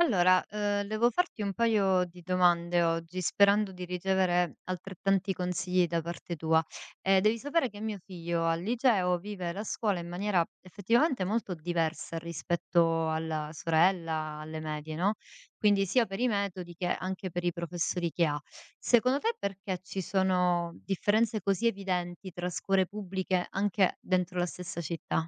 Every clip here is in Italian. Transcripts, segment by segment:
Allora, devo farti un paio di domande oggi, sperando di ricevere altrettanti consigli da parte tua. Devi sapere che mio figlio al liceo vive la scuola in maniera effettivamente molto diversa rispetto alla sorella, alle medie, no, quindi sia per i metodi che anche per i professori che ha. Secondo te perché ci sono differenze così evidenti tra scuole pubbliche anche dentro la stessa città?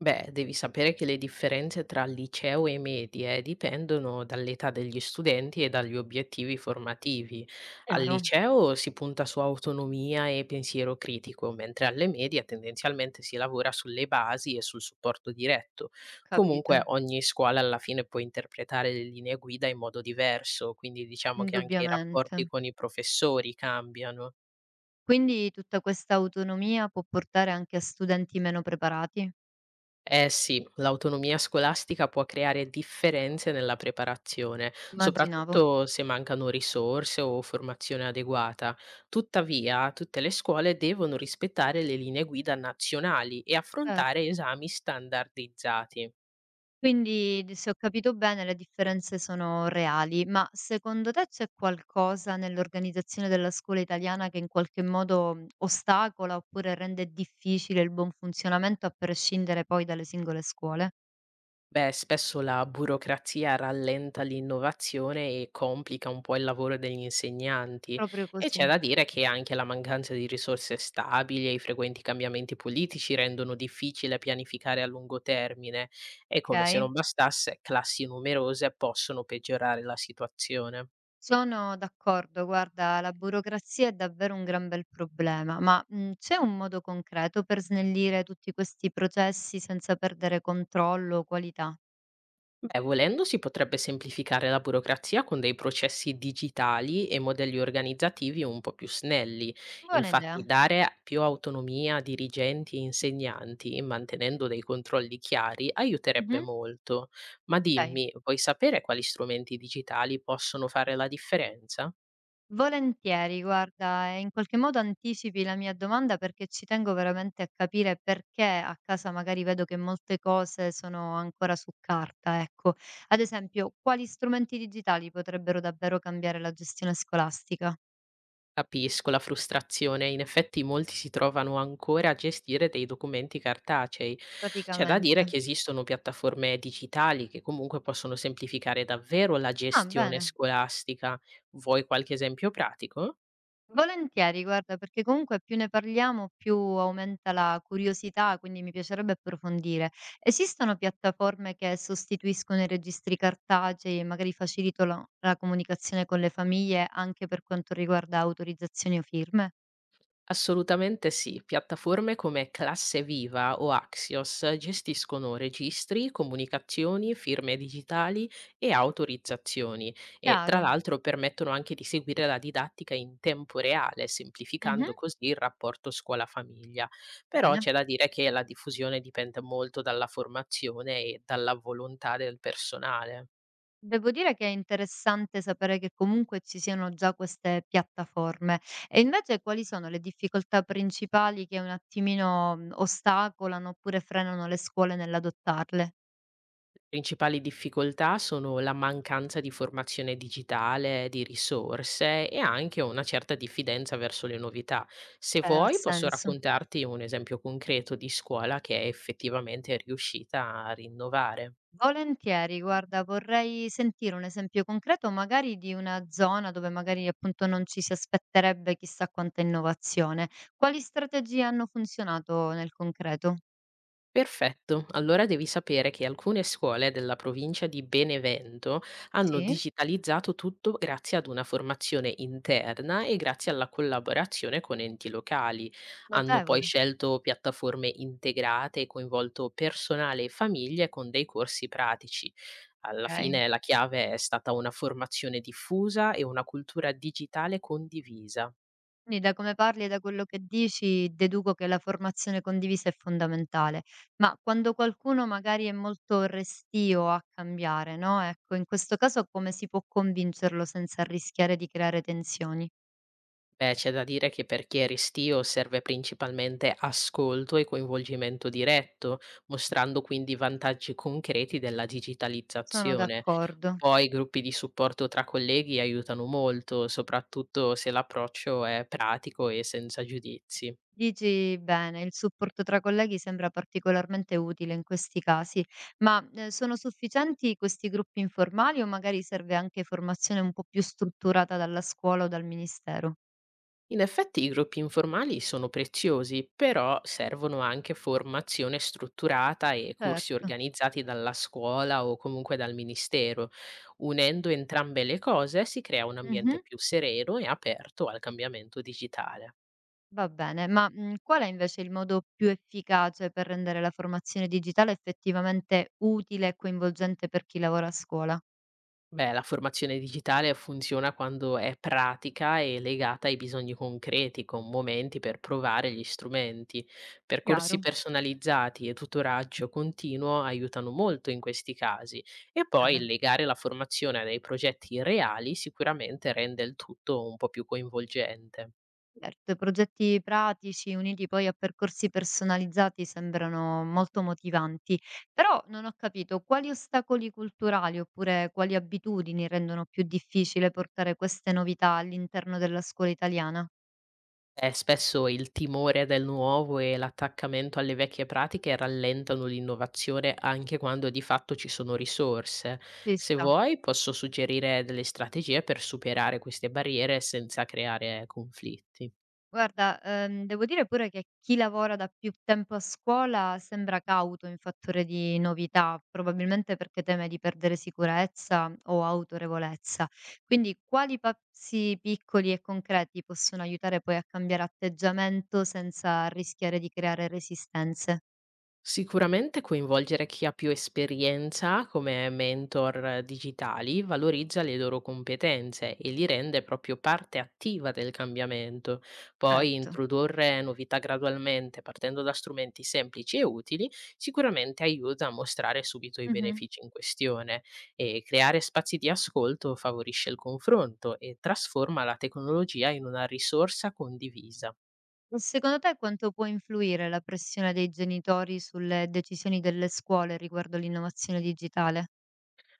Beh, devi sapere che le differenze tra liceo e medie dipendono dall'età degli studenti e dagli obiettivi formativi. Al Chiaro? liceo si punta su autonomia e pensiero critico, mentre alle medie tendenzialmente si lavora sulle basi e sul supporto diretto. Capito, Comunque ogni scuola alla fine può interpretare le linee guida in modo diverso, quindi diciamo che anche i indubbiamente. rapporti con i professori cambiano. Quindi tutta questa autonomia può portare anche a studenti meno preparati? Eh sì, l'autonomia scolastica può creare differenze nella preparazione, Immaginavo. soprattutto se mancano risorse o formazione adeguata. Tuttavia, tutte le scuole devono rispettare le linee guida nazionali e Certo. affrontare esami standardizzati. Quindi, d se ho capito bene, le differenze sono reali, ma secondo te c'è qualcosa nell'organizzazione della scuola italiana che in qualche modo, ostacola oppure rende difficile il buon funzionamento a prescindere poi dalle singole scuole? Beh, spesso la burocrazia rallenta l'innovazione e complica un po' il lavoro degli insegnanti Proprio e c'è così, da dire che anche la mancanza di risorse stabili e i frequenti cambiamenti politici rendono difficile pianificare a lungo termine e come se okay. non bastasse, classi numerose possono peggiorare la situazione. Sono d'accordo, guarda, la burocrazia è davvero un gran bel problema, ma c'è un modo concreto per snellire tutti questi processi senza perdere controllo o qualità? Beh, volendo si potrebbe semplificare la burocrazia con dei processi digitali e modelli organizzativi un po' più snelli. Buona Infatti, idea. dare più autonomia a dirigenti e insegnanti, mantenendo dei controlli chiari, aiuterebbe Mhm. molto. Ma Ok. dimmi, vuoi sapere quali strumenti digitali possono fare la differenza? Volentieri, guarda, e in qualche modo anticipi la mia domanda perché ci tengo veramente a capire perché a casa magari vedo che molte cose sono ancora su carta, ecco. Ad esempio, quali strumenti digitali potrebbero davvero cambiare la gestione scolastica? Capisco la frustrazione, in effetti molti si trovano ancora a gestire dei documenti cartacei. C'è da dire che Praticamente. esistono piattaforme digitali che comunque possono semplificare davvero la Ah, gestione bene. scolastica. Vuoi qualche esempio pratico? Volentieri, guarda, perché comunque più ne parliamo, più aumenta la curiosità, quindi mi piacerebbe approfondire. Esistono piattaforme che sostituiscono i registri cartacei e magari facilitano la comunicazione con le famiglie anche per quanto riguarda autorizzazioni o firme? Assolutamente sì, piattaforme come Classe Viva o Axios gestiscono registri, comunicazioni, firme digitali e autorizzazioni e tra Chiaro. l'altro permettono anche di seguire la didattica in tempo reale, Mhm. semplificando così il rapporto scuola-famiglia. Però Bene. c'è da dire che la diffusione dipende molto dalla formazione e dalla volontà del personale. Devo dire che è interessante sapere che comunque ci siano già queste piattaforme. E invece quali sono le difficoltà principali che un attimino, ostacolano oppure frenano le scuole nell'adottarle? Principali difficoltà sono la mancanza di formazione digitale, di risorse e anche una certa diffidenza verso le novità. Se Cioè ha vuoi, posso senso. raccontarti un esempio concreto di scuola che è effettivamente riuscita a rinnovare. Volentieri, guarda, vorrei sentire un esempio concreto magari di una zona dove magari appunto non ci si aspetterebbe chissà quanta innovazione. Quali strategie hanno funzionato nel concreto? Perfetto, allora devi sapere che alcune scuole della provincia di Benevento hanno Sì? digitalizzato tutto grazie ad una formazione interna e grazie alla collaborazione con enti locali. Hanno poi Notevole, scelto piattaforme integrate e coinvolto personale e famiglie con dei corsi pratici. Alla okay. fine la chiave è stata una formazione diffusa e una cultura digitale condivisa. Quindi da come parli e da quello che dici deduco che la formazione condivisa è fondamentale, ma quando qualcuno magari è molto restio a cambiare, no, ecco, in questo caso come si può convincerlo senza rischiare di creare tensioni? Beh, c'è da dire che per chi è restio serve principalmente ascolto e coinvolgimento diretto, mostrando quindi i vantaggi concreti della Sono digitalizzazione. d'accordo. Poi gruppi di supporto tra colleghi aiutano molto, soprattutto se l'approccio è pratico e senza giudizi. Dici bene, il supporto tra colleghi sembra particolarmente utile in questi casi, ma sono sufficienti questi gruppi informali o magari serve anche formazione un po' più strutturata dalla scuola o dal ministero? In effetti i gruppi informali sono preziosi, però servono anche formazione strutturata e corsi Certo. organizzati dalla scuola o comunque dal ministero. Unendo entrambe le cose si crea un ambiente Mhm. più sereno e aperto al cambiamento digitale. Va bene, ma qual è invece il modo più efficace per rendere la formazione digitale effettivamente utile e coinvolgente per chi lavora a scuola? Beh, la formazione digitale funziona quando è pratica e legata ai bisogni concreti, con momenti per provare gli strumenti. Percorsi Chiaro. personalizzati e tutoraggio continuo aiutano molto in questi casi. E poi Bene. legare la formazione a dei progetti reali sicuramente rende il tutto un po' più coinvolgente. Certo, progetti pratici uniti poi a percorsi personalizzati sembrano molto motivanti, però non ho capito quali ostacoli culturali oppure quali abitudini rendono più difficile portare queste novità all'interno della scuola italiana? Spesso il timore del nuovo e l'attaccamento alle vecchie pratiche rallentano l'innovazione anche quando di fatto ci sono risorse. Ci Se sta. vuoi, posso suggerire delle strategie per superare queste barriere senza creare conflitti. Guarda, devo dire pure che chi lavora da più tempo a scuola sembra cauto in fattore di novità, probabilmente perché teme di perdere sicurezza o autorevolezza. Quindi, quali passi piccoli e concreti possono aiutare poi a cambiare atteggiamento senza rischiare di creare resistenze? Sicuramente coinvolgere chi ha più esperienza come mentor digitali valorizza le loro competenze e li rende proprio parte attiva del cambiamento. Poi Certo. introdurre novità gradualmente partendo da strumenti semplici e utili sicuramente aiuta a mostrare subito i Mhm. benefici in questione e creare spazi di ascolto favorisce il confronto e trasforma la tecnologia in una risorsa condivisa. E secondo te quanto può influire la pressione dei genitori sulle decisioni delle scuole riguardo l'innovazione digitale?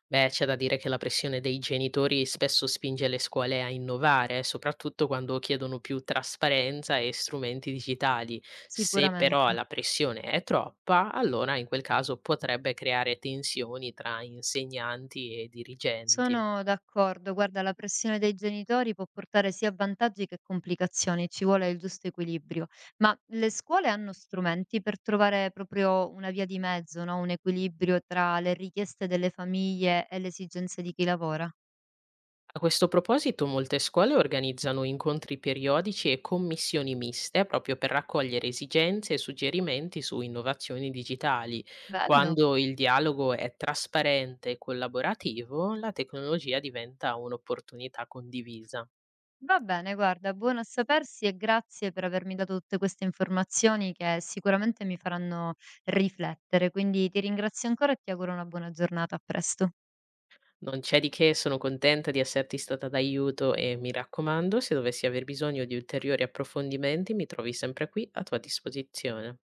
Beh, c'è da dire che la pressione dei genitori spesso spinge le scuole a innovare, soprattutto quando chiedono più trasparenza e strumenti digitali. Se però Sicuramente. la pressione è troppa, allora in quel caso potrebbe creare tensioni tra insegnanti e dirigenti. Sono d'accordo. Guarda, la pressione dei genitori può portare sia vantaggi che complicazioni, ci vuole il giusto equilibrio. Ma le scuole hanno strumenti per trovare proprio una via di mezzo, no? Un equilibrio tra le richieste delle famiglie e le esigenze di chi lavora. A questo proposito, molte scuole organizzano incontri periodici e commissioni miste proprio per raccogliere esigenze e suggerimenti su innovazioni digitali. Bello. Quando il dialogo è trasparente e collaborativo, la tecnologia diventa un'opportunità condivisa. Va bene, guarda, buono a sapersi e grazie per avermi dato tutte queste informazioni che sicuramente mi faranno riflettere. Quindi ti ringrazio ancora e ti auguro una buona giornata. A presto. Non c'è di che, sono contenta di esserti stata d'aiuto e mi raccomando, se dovessi aver bisogno di ulteriori approfondimenti, mi trovi sempre qui a tua disposizione.